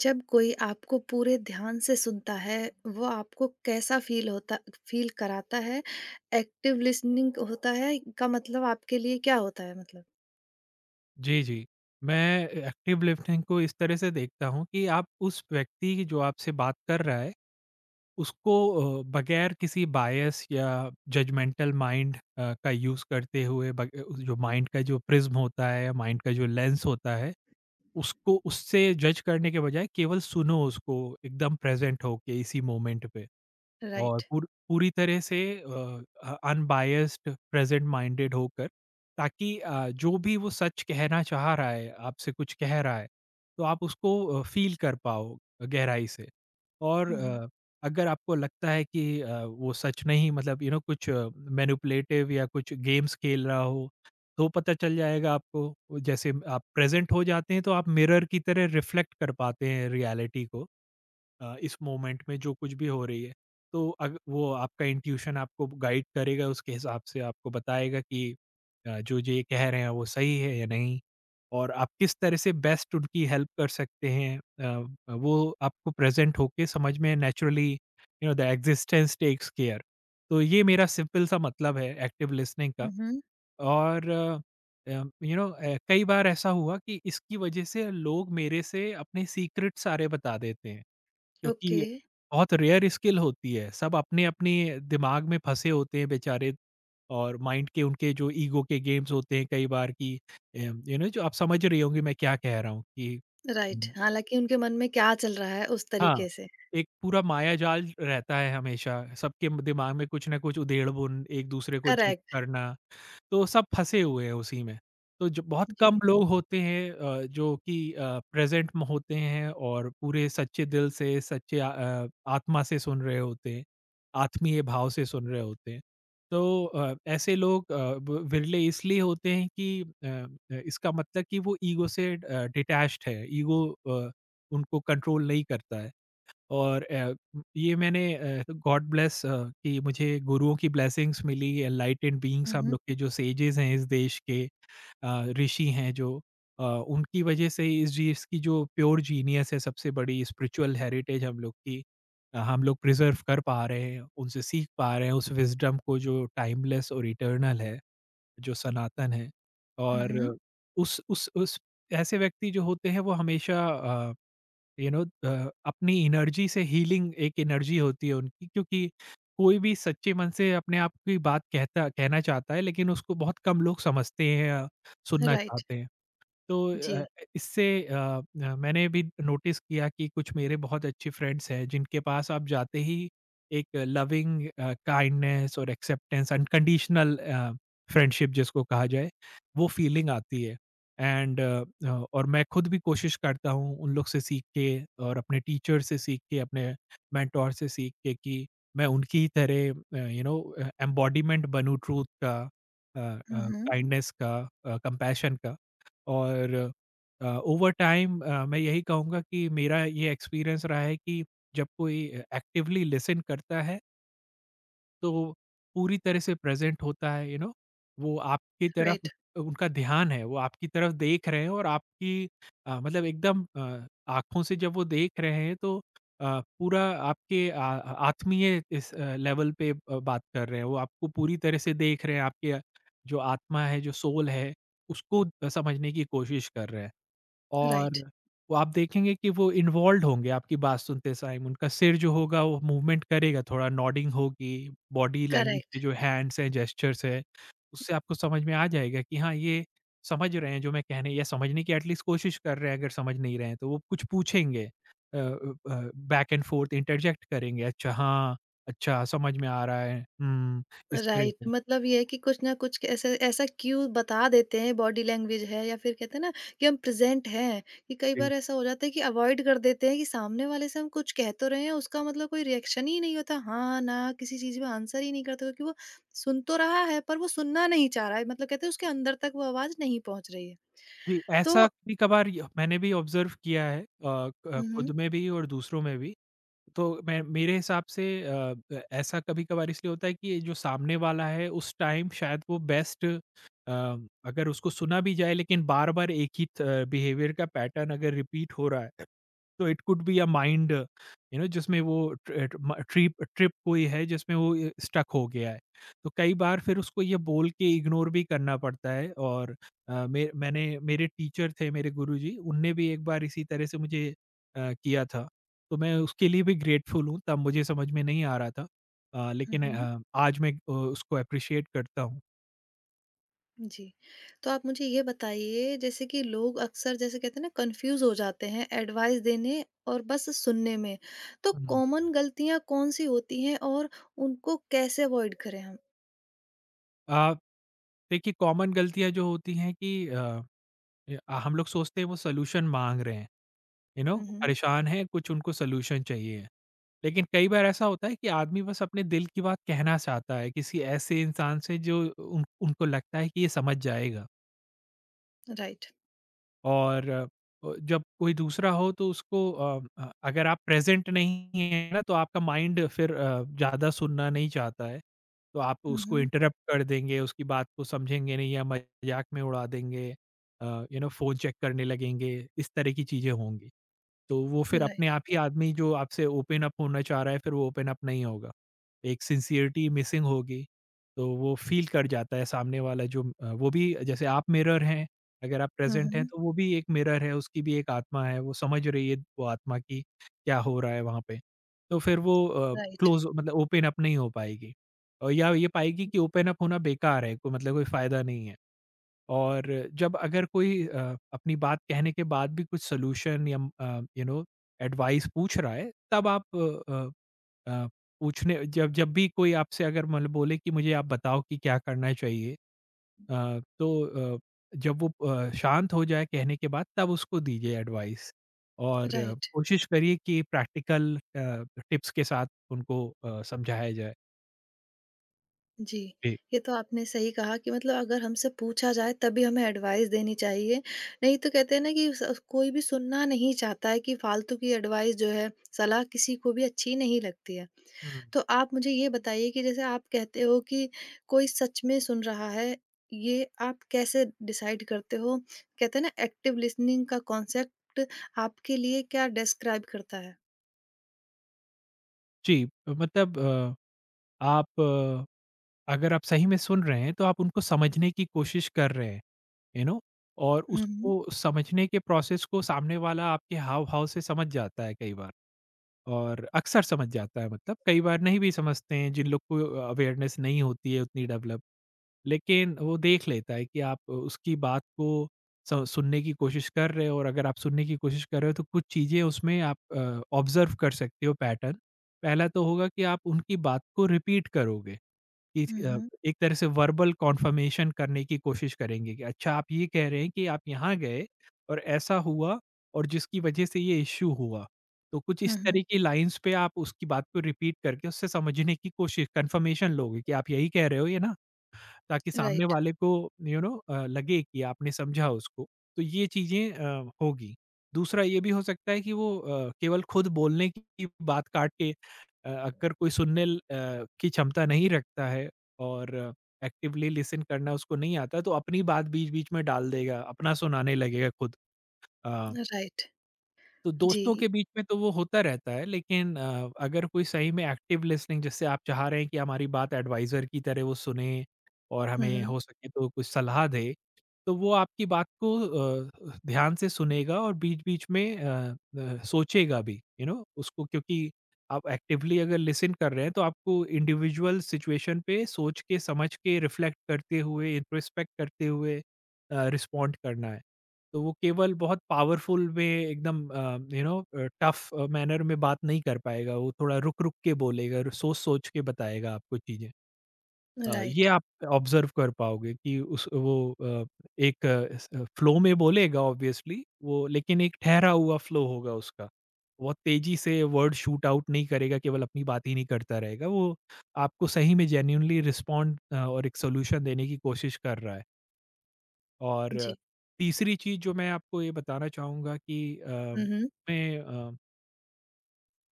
जब कोई आपको पूरे ध्यान से सुनता है, वो आपको कैसा फ़ील कराता है? एक्टिव लिसनिंग होता है का मतलब आपके लिए क्या होता है मतलब? जी, जी। मैं एक्टिव लिफ़्टिंग को इस तरह से देखता हूँ कि आप उस व्यक्ति की जो आपसे बात कर रहा है, उसको बगैर किसी बायस या जजमेंटल माइंड का यूज़ करते हुए बग उस जो माइंड का जो प्रिज़्म होता है, माइंड का जो लेंस होता है, उसको उससे जज करने के बजाय केवल सुनो उसको एकदम प्रेज़ेंट होके इसी मोमेंट पे। और राइट। पूरी तरह से अनबायस्ड प्रेजेंट माइंडेड होकर, ताकि जो भी वो सच कहना चाह रहा है, आपसे कुछ कह रहा है, तो आप उसको फ़ील कर पाओ गहराई से। और हुँ, हुँ। अगर आपको लगता है कि वो सच नहीं, मतलब कुछ मैनिपुलेटिव या कुछ गेम्स खेल रहा हो, तो पता चल जाएगा आपको। वो जैसे आप प्रेजेंट हो जाते हैं तो आप मिरर की तरह रिफ्लेक्ट कर पाते हैं रियलिटी को। इस मोमेंट में जो कुछ भी हो रही है। तो अग वो आपका इंट्यूशन आपको गाइड करेगा, उसके हिसाब से आपको बताएगा कि जो जो ये कह रहे हैं वो सही है या नहीं और आप किस तरह से बेस्ट उनकी हेल्प कर सकते हैं। वो आपको प्रेज़ेंट होके समझ में naturally the existence takes care. तो ये मेरा सिंपल सा मतलब है एक्टिव लिसनिंग का। हुँ, हुँ। और कई बार ऐसा हुआ कि इसकी वजह से लोग मेरे से अपने सीक्रेट सारे बता देते हैं। ओके, क्योंकि बहुत रेयर स्किल होती है। सब अपने-अपने दिमाग में फँसे होते हैं बेचारे, और माइंड के उनके जो ईगो के गेम्स होते हैं कई बार कि जो आप समझ रही होंगी मैं क्या कह रहा हूँ कि राइट। हम्म। हालाँकि उनके मन में क्या चल रहा है उस हाँ, तरीके से। एक पूरा मायाजाल रहता है हमेशा। सबके दिमाग में कुछ न कुछ उधेड़-बुन, एक दूसरे को जज करेक्ट, करना। तो सब फँसे हुए हैं उसी में। तो जो बहुत जी। कम लोग होते हैं जो कि प्रेज़ेंट में होते हैं और पूरे सच्चे दिल से, सच्चे आत्मा से सुन रहे होते हैं, आत्मीय भाव से सुन रहे होते हैं। तो ऐसे लोग अ, ब विरले इसलिए होते हैं कि इसका मतलब कि वो ईगो से डिटैच्ड है, ईगो उनको कंट्रोल नहीं करता है। और ये मैंने तो गॉड ब्लेस कि मुझे गुरुओं की ब्लेसिंग्स मिली, एनलाइटेंड बीइंग्स, हुँ, हम हुँ। लोग के जो सेजेस हैं इस देश के, ऋषि हैं, जो उनकी वजह से इस चीज़ की जो प्योर जीनियस है, सबसे बड़ी स्पिरिचुअल हेरिटेज हम लोग की, हम लोग प्रिजर्व कर पा रहे हैं, उनसे सीख पा रहे हैं उस विज़डम को, जो टाइमलेस और इटर्नल है, जो सनातन है। हुँ, और हुँ। उस ऐसे व्यक्ति जो होते हैं वो हमेशा अपनी एनर्जी से हीलिंग, एक एनर्जी होती है उनकी, क्योंकि कोई भी सच्चे मन से अपने आप की बात कहता कहना चाहता है, लेकिन उसको बहुत कम लोग समझते हैं या सुनना राइट, चाहते हैं। तो जी। अ, इससे मैंने भी नोटिस किया कि कुछ मेरे बहुत अच्छे फ्रेंड्स हैं जिनके पास आप जाते ही एक लविंग काइंडनेस और एक्सेप्टेंस, अनकंडीशनल फ्रेंडशिप जिसको कहा जाए, वो फीलिंग आती है। एंड और मैं खुद भी कोशिश करता हूँ उन लोग से सीख के, और अपने टीचर से सीख के, अपने मेंटोर से सीख के कि मैं उनकी ही तरह एम्बॉडीमेंट बनूँ ट्रूथ का, हुँ, हुँ। काइंडनेस का, कंपैशन का। और ओवर टाइम मैं यही कहूँगा कि मेरा ये एक्सपीरियंस रहा है कि जब कोई एक्टिवली लिसन करता है तो पूरी तरह से प्रेजेंट होता है, वो आपकी तरफ, राइट, उनका ध्यान है वो आपकी तरफ देख रहे हैं और आपकी मतलब एकदम आँखों से जब वो देख रहे हैं, तो पूरा आपके आत्मीय इस लेवल पे बात कर रहे हैं, वो आपको पूरी तरह से देख रहे हैं, आपके जो आत्मा है, जो सोल है, उसको समझने की कोशिश कर रहे हैं। और राइट। वो आप देखेंगे कि वो इन्वॉल्वड होंगे आपकी बात सुनते टाइम, उनका सिर जो होगा वो मूवमेंट करेगा, थोड़ा नोडिंग होगी, बॉडी लैंग्वेज के करेक्ट। जो हैंड्स हैं, जेस्चर्स हैं, उससे आपको समझ में आ जाएगा कि हाँ, ये समझ रहे हैं जो मैं कहने या समझने की एटलीस्ट कोशिश कर रहे हैं। अगर समझ नहीं रहे हैं तो वो कुछ पूछेंगे, बैक एंड फोर्थ इंटरजेक्ट करेंगे, अच्छा हाँ, अच्छा समझ में आ रहा है, हुँ, इस तरह राइट, से। मतलब ये है कि कुछ ना कुछ ऐसे ऐसा क्यू बता देते हैं, बॉडी लैंग्वेज है या फिर कहते हैं ना कि हम प्रेजेंट हैं। कि कई जी, बार ऐसा हो जाता है कि अवॉइड कर देते हैं, कि सामने वाले से हम कुछ कह तो रहे हैं, उसका मतलब कोई रिएक्शन ही नहीं होता, हाँ ना, किसी चीज में आंसर ही नहीं करते क्योंकि वो सुन तो रहा है पर वो सुनना नहीं चाह रहा है, मतलब कहते हैं उसके अंदर तक वो आवाज नहीं पहुंच रही है। जी, तो ऐसा कभी-कभार य मैंने भी ऑब्ज़र्व किया है, अ, क खुद में भी और दूसरों में भी। तो मैं मेरे हिसाब से ऐसा कभी-कभार इसलिए होता है कि जो सामने वाला है उस टाइम शायद वो अगर उसको सुना भी जाए, लेकिन बार-बार एक ही थ बिहेवियर का पैटर्न अगर रिपीट हो रहा है, तो it could be a mind, जिसमें वो ट्रिप ट्रिप कोई है जिसमें वो स्टक हो गया है। तो कई बार फिर उसको ये बोल के इग्नोर भी करना पड़ता है, और मैंने, मेरे टीचर थे मेरे गुरुजी, उनने भी एक बार इसी तरह से मुझे किया था। तो मैं उसके लिए भी ग्रेटफुल हूँ, तब मुझे समझ में नहीं आ रहा था, लेकिन हम्म। आज मैं उसको अप्रिशिएट करता हूँ। जी। तो आप मुझे ये बताइए, जैसे कि लोग अक्सर जैसे कहते हैं ना, कन्फ्यूज़ हो जाते हैं एडवाइस देने और बस सुनने में। तो हम्म। कॉमन गलतियाँ कौन-सी होती हैं और उनको कैसे अवॉइड करें हम? अ, देखिए, कॉमन गलतियाँ जो होती हैं कि हम लोग सोचते हैं वो सोल्यूशन मांग रहे हैं, यू नो हुँ, हुँ। परेशान है कुछ, उनको सॉल्यूशन चाहिए। लेकिन कई बार ऐसा होता है कि आदमी बस अपने दिल की बात कहना चाहता है किसी ऐसे इंसान से जो, उन उनको लगता है कि ये समझ जाएगा। राइट। और जब कोई दूसरा हो तो उसको अगर आप प्रेज़ेंट नहीं हैं ना, तो आपका माइंड फिर ज़्यादा सुनना नहीं चाहता है। तो आप हुँ, उसको हुँ। इंटरप्ट कर देंगे, उसकी बात को समझेंगे नहीं या मज़ाक में उड़ा देंगे। फ़ोन चेक करने लगेंगे, इस तरह की चीज़ें होंगी। तो वो फिर अपने राइट। आप ही, आदमी जो आपसे ओपन अप होना चाह रहा है, फिर वो ओपन अप नहीं होगा। एक सिंसियरिटी मिसिंग होगी, तो वो फ़ील कर जाता है, सामने वाला जो वो भी, जैसे आप मिरर हैं, अगर आप हुँ, प्रेज़ेंट हैं हुँ। तो वो भी एक मिरर है, उसकी भी एक आत्मा है, वो समझ रही है वो आत्मा कि क्या हो रहा है वहाँ पे। तो फिर वो राइट, क्लोज़ मतलब ओपन अप नहीं हो पाएगी। और या ये पाएगी कि ओपन अप होना बेकार है, कोई मतलब कोई फ़ायदा नहीं है। और जब अगर कोई अपनी बात कहने के बाद भी कुछ सॉल्यूशन या यू नो एडवाइस पूछ रहा है, तब आप अ, अ, अ, पूछने जब जब भी कोई आपसे अगर मतलब बोले कि मुझे आप बताओ कि क्या करना चाहिए, तो जब वो शांत हो जाए कहने के बाद, तब उसको दीजिए एडवाइस। और राइट। कोशिश करिए कि प्रैक्टिकल टिप्स के साथ उनको समझाया जाए। जी। जी। ये तो आपने सही कहा, कि मतलब अगर हमसे पूछा जाए तभी हमें एडवाइस देनी चाहिए। नहीं तो कहते हैं ना कि स कोई भी सुनना नहीं चाहता है कि फालतू की एडवाइस जो है, सलाह किसी को भी अच्छी नहीं लगती है। हम्म। तो आप मुझे ये बताइए कि जैसे आप कहते हो कि कोई सच में सुन रहा है, ये आप कैसे डिसाइड करते हो? कहते हैं ना, एक्टिव लिसनिंग का कॉन्सेप्ट आपके लिए क्या डिस्क्राइब करता है? जी, मतलब अ, आप अगर आप सही में सुन रहे हैं, तो आप उनको समझने की कोशिश कर रहे हैं, यू नो और हुँ, हुँ। उसको समझने के प्रोसेस को सामने वाला आपके हाव-भाव से समझ जाता है कई बार, और अक्सर समझ जाता है, मतलब कई बार नहीं भी समझते हैं, जिन लोग को अवेयरनेस नहीं होती है उतनी डेवलप, लेकिन वो देख लेता है कि आप उसकी बात को स सुनने की कोशिश कर रहे हो, और अगर आप सुनने की कोशिश कर रहे हो, तो कुछ चीज़ें उसमें आप ऑब्ज़र्व कर सकते हो, पैटर्न। पहला तो होगा कि आप उनकी बात को रिपीट करोगे। कि हुँ, हुँ। एक तरह से वर्बल कन्फर्मेशन करने की कोशिश करेंगे कि अच्छा, आप ये कह रहे हैं कि आप यहाँ गए और ऐसा हुआ, और जिसकी वजह से ये इश्यू हुआ। तो कुछ इस हुँ, हुँ। तरह की लाइन्स पे आप उसकी बात को रिपीट करके उससे समझने की कोशिश, कन्फर्मेशन लोगे कि आप यही कह रहे हो, ये ना? ताकि सामने राइट, वाले को यू नो लगे कि आपने समझा उसको। तो ये चीज़ें होगी। दूसरा ये भी हो सकता है कि वो केवल खुद बोलने की बात काट के अगर कोई सुनने की क्षमता नहीं रखता है और एक्टिवली लिसन करना उसको नहीं आता, तो अपनी बात बीच-बीच में डाल देगा, अपना सुनाने लगेगा खुद। Uh right. तो दोस्तों जी। के बीच में तो वो होता रहता है लेकिन अगर कोई सही में एक्टिव लिसनिंग जैसे आप चाह रहे हैं कि हमारी बात एडवाइज़र की तरह वो सुने और हुँ, हमें हुँ। हो सके तो कुछ सलाह दे तो वो आपकी बात को ध्यान से सुनेगा और बीच-बीच में सोचेगा भी, यू नो उसको क्योंकि आप एक्टिवली अगर लिसन कर रहे हैं तो आपको इंडिविजुअल सिचुएशन पे सोच के, समझ के, रिफ्लेक्ट करते हुए, इंट्रोस्पेक्ट करते हुए रिस्पॉन्ड करना है। तो वो केवल बहुत पावरफुल में एकदम यू नो टफ मैनर में बात नहीं कर पाएगा, वो थोड़ा रुक-रुक के बोलेगा, सोच-सोच के बताएगा आपको चीज़ें। ये राइट। आप ऑब्ज़र्व कर पाओगे कि उस वो अ, एक स फ्लो में बोलेगा ऑब्वियसली वो लेकिन एक ठहरा हुआ फ्लो होगा उसका। बहुत तेज़ी से वर्ड शूट आउट नहीं करेगा, केवल अपनी बात ही नहीं करता रहेगा। वो आपको सही में जेन्युइनली रिस्पॉन्ड और एक सॉल्यूशन देने की कोशिश कर रहा है। और जी। तीसरी चीज़ जो मैं आपको ये बताना चाहूँगा कि हुँ, हुँ। मैं अ,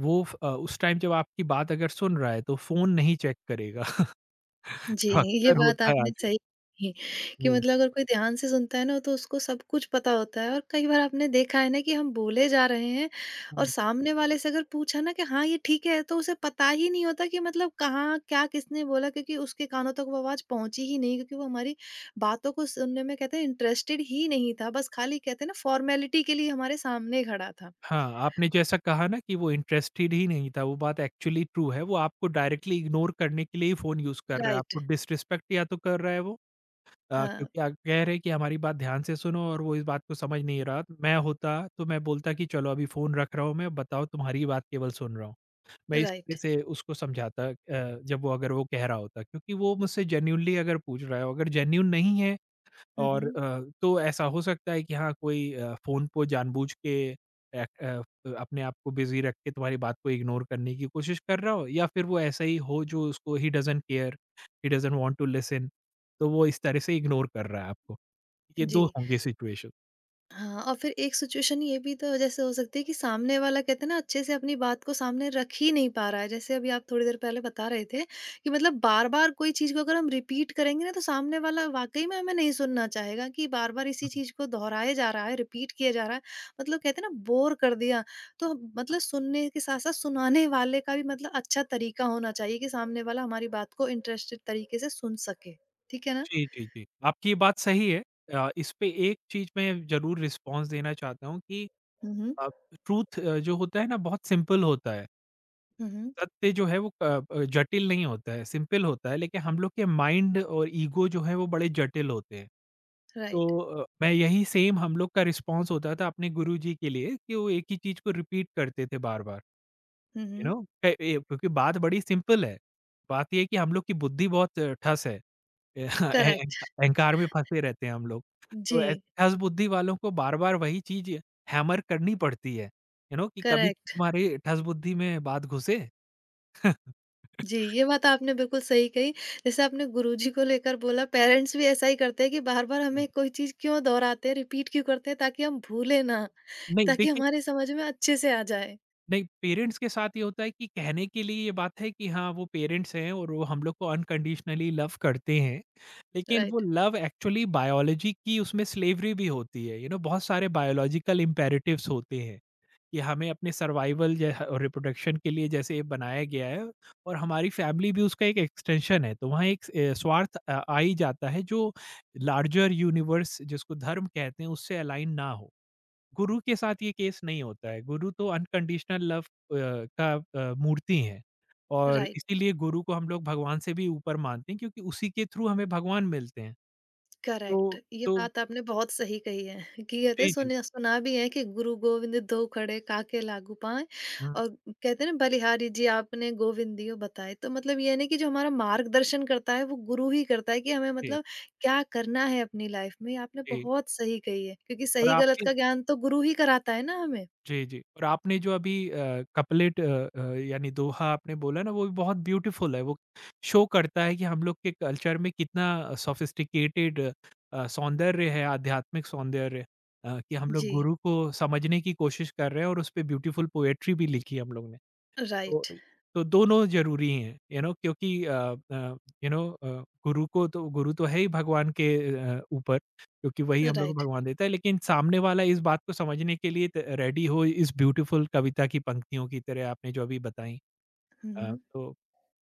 वो उस टाइम जब आपकी बात अगर सुन रहा है तो फ़ोन नहीं चेक करेगा, जी, जो ये अक्सर बात होता है आपने आज। सही कही कि हुँ, मतलब अगर कोई ध्यान से सुनता है ना, तो उसको सब कुछ पता होता है। और कई बार आपने देखा है ना कि हम बोले जा रहे हैं और हुँ। सामने वाले से अगर पूछा ना कि हाँ ये ठीक है, तो उसे पता ही नहीं होता कि मतलब कहाँ क्या किसने बोला, क्योंकि उसके कानों तक वो आवाज पहुंची ही नहीं, क्योंकि वो हमारी बातों को सुनने में कहते हैं इंटरेस्टेड ही नहीं था, बस खाली कहते हैं ना फॉर्मेलिटी के लिए हमारे सामने खड़ा था। हाँ, आपने जैसा कहा ना कि वो इंटरेस्टेड ही नहीं था, वो बात एक्चुअली ट्रू है, वो आपको डायरेक्टली इग्नोर करने के लिए ही फ़ोन यूज़ कर रहा है, राइट। आपको डिसरिस्पेक्ट या तो कर रहा है वो हाँ। क्योंकि आप कह रहे हैं कि हमारी बात ध्यान से सुनो और वो इस बात को समझ नहीं रहा। मैं होता तो मैं बोलता कि चलो अभी फ़ोन रख रहा हूँ मैं, बताओ तुम्हारी ही बात केवल सुन रहा हूँ। मैं इस राइट। तरह से उसको समझाता जब वो अगर वो कह रहा होता क्योंकि वो मुझसे जेन्युइनली अगर पूछ रहा है, अगर जेन्युइन नहीं है हम्म, और हम्म। तो ऐसा हो सकता है कि हाँ, कोई फ़ोन को जानबूझ के अ अ, अपने आप को बिज़ी रख के तुम्हारी बात को इग्नोर करने की कोशिश कर रहा हो या फिर वो ऐसा ही हो जो उसको he doesn't care, he doesn't want to listen. तो वो इस तरह से इग्नोर कर रहा है आपको। ये 2 जी। होंगे सिचुएशन। हाँ, और फिर एक सिचुएशन ये भी तो जैसे हो सकती है कि सामने वाला, कहते हैं ना, अच्छे से अपनी बात को सामने रख ही नहीं पा रहा है। जैसे अभी आप थोड़ी देर पहले बता रहे थे कि मतलब बार-बार कोई चीज़ को अगर हम रिपीट करेंगे ना, तो सामने वाला वाक़ई में हमें नहीं सुनना चाहेगा कि बार-बार इसी हुँ। चीज़ को दोहराया जा रहा है, रिपीट किया जा रहा है। मतलब कहते हैं ना, बोर कर दिया। तो मतलब सुनने के साथ-साथ सुनाने वाले का भी मतलब अच्छा तरीका होना चाहिए कि सामने वाला हमारी बात को इंटरेस्टेड तरीके से सुन सके। ठीक है ना? जी, जी, जी। आपकी ये बात सही है। इस पे एक चीज़ मैं ज़रूर रिस्पॉन्स देना चाहता हूँ कि हुँ, हुँ। अ, ट्रूथ जो होता है ना बहुत सिंपल होता है। हुँ, हुँ। सत्य जो है वो जटिल नहीं होता है, सिंपल होता है, लेकिन हम लोग के माइंड और ईगो जो है वो बड़े जटिल होते हैं। राइट। तो मैं यही सेम हम लोग का रिस्पॉन्स होता था अपने गुरुजी के लिए कि वो एक ही चीज़ को रिपीट करते थे बार-बार, हुँ, यू हुँ। नो? अ, ए क्योंकि बात बड़ी सिंपल है, बात ये है कि हम लोग की बुद्धि बहुत ठस है। ए अह अह करेक्ट। अहंकार में फँसे रहते हैं हम लोग। तो ऐसे जी, ठस बुद्धि वालों को बार-बार वही चीज़ हैमर करनी पड़ती है, यू नो? कि कभी करेक्ट। तुम्हारे ठस बुद्धि में बात घुसे। जी, ये बात आपने बिल्कुल सही कही। जैसे आपने गुरुजी को लेकर बोला, पेरेंट्स भी ऐसा ही करते हैं कि बार-बार हमें कोई चीज़ क्यों दोहराते हैं, रिपीट क्यों करते हैं, ताकि हम भूलें ना, नहीं ताकि देखिए, हमारे समझ में अच्छे से आ जाए। नहीं पेरेंट्स के साथ ये होता है कि कहने के लिए ये बात है कि हाँ, वो पेरेंट्स हैं और वो हम लोग को अनकंडीशनली लव करते हैं। लेकिन वो राइट, लव एक्चुअली बायोलॉजी की उसमें स्लेवरी भी होती है, यू नो बहुत सारे बायोलॉजिकल इम्पेरेटिव्स होते हैं कि हमें अपने सर्वाइवल ज और रिप्रोडक्शन के लिए जैसे ये बनाया गया है और हमारी फैमिली भी उसका एक एक्सटेंशन है। तो वहाँ एक स्वार्थ आ ही जाता है जो लार्जर यूनिवर्स जिसको धर्म कहते हैं उससे अलाइन ना हो। गुरु के साथ ये केस नहीं होता है। गुरु तो अनकंडीशनल लव का मूर्ति हैं और राइट। इसीलिए गुरु को हम लोग भगवान से भी ऊपर मानते हैं क्योंकि उसी के थ्रू हमें भगवान मिलते हैं। करेक्ट। तो ये तो बात आपने बहुत सही कही है कि कहते हैं, जी, जी। सुना सुना भी है कि गुरु गोविंद दो खड़े, काके लागू पाएँ, हुँ, और कहते हैं ना, बलिहारी जी आपने गोविंदियो बताए। तो मतलब ये है ना कि जो हमारा मार्गदर्शन करता है वो गुरु ही करता है, कि हमें जी, मतलब क्या करना है अपनी लाइफ में। ये आपने जी बहुत सही कही है क्योंकि और सही गलत आपने का ज्ञान तो गुरु ही कराता है ना हमें। जी, जी। और आपने जो अभी कपलेट अ, यानी दोहा आपने बोला ना वो भी बहुत ब्यूटीफुल है। वो शो करता है कि हम लोग के कल्चर में कितना सोफिस्टिकेटेड सौंदर्य है, आध्यात्मिक सौंदर्य कि हम लोग जी, गुरु को समझने की कोशिश कर रहे हैं और उस पे ब्यूटीफुल पोएट्री भी लिखी है हम लोग ने। तो राइट, तो दोनों ज़रूरी हैं, यू नो क्योंकि अ, यू नो गुरु को तो गुरु तो है ही भगवान के ऊपर क्योंकि वही हम लोग को राइट। भगवान देता है, लेकिन सामने वाला इस बात को समझने के लिए त रेडी हो इस ब्यूटीफुल कविता की पंक्तियों की तरह आपने जो अभी बताई। हुँ, अ, हुँ। तो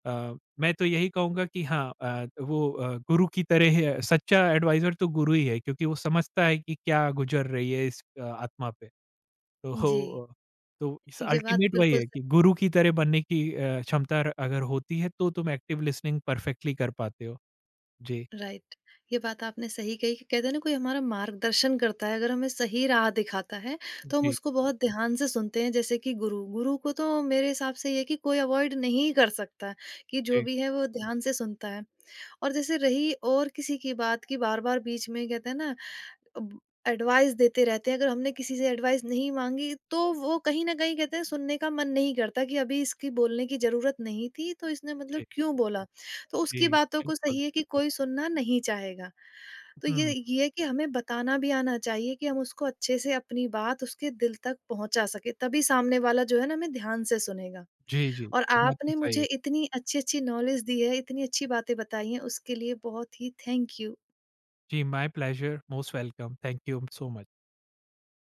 अ, मैं तो यही कहूँगा कि हाँ वो गुरु की तरह ही है, सच्चा एडवाइज़र तो गुरु ही है क्योंकि वो समझता है कि क्या गुज़र रही है इस आत्मा पे। जी, तो अ, तो इस ये बात अल्टीमेट वही बिल्कुल है कि गुरु की तरह बनने की क्षमता अगर होती है तो तुम एक्टिव लिसनिंग परफेक्टली कर पाते हो। जी, राइट। ये बात आपने सही कही कि कहते हैं ना, कोई हमारा मार्गदर्शन करता है, अगर हमें सही राह दिखाता है तो हम जी, उसको बहुत ध्यान से सुनते हैं। जैसे कि गुरु गुरु को तो मेरे हिसाब से ये कि कोई अवॉइड नहीं कर सकता, कि जो जी, भी है वो ध्यान से सुनता है। और जैसे रही और किसी की बात की, बार बार बीच में, कहते हैं ना, अब एडवाइस देते रहते हैं। अगर हमने किसी से एडवाइस नहीं माँगी, तो वो कहीं न कहीं, कहते हैं, सुनने का मन नहीं करता कि अभी इसकी बोलने की ज़रूरत नहीं थी तो इसने मतलब जी, क्यों बोला? तो जी, उसकी बातों को, बिल्कुल, सही है कि बिल्कुल। कोई सुनना नहीं चाहेगा। तो हुँ, ये है कि हमें बताना भी आना चाहिए कि हम उसको अच्छे से अपनी बात उसके दिल तक पहुँचा सकें, तभी सामने वाला जो है ना हमें ध्यान से सुनेगा। जी, जी, और ये बात तो आपने सही मुझे है। इतनी अच्छी-अच्छी नॉलेज दी है, इतनी अच्छी बातें बताई हैं, उसके लिए बहुत ही थैंक यू। जी, my pleasure, most welcome. Thank you so much.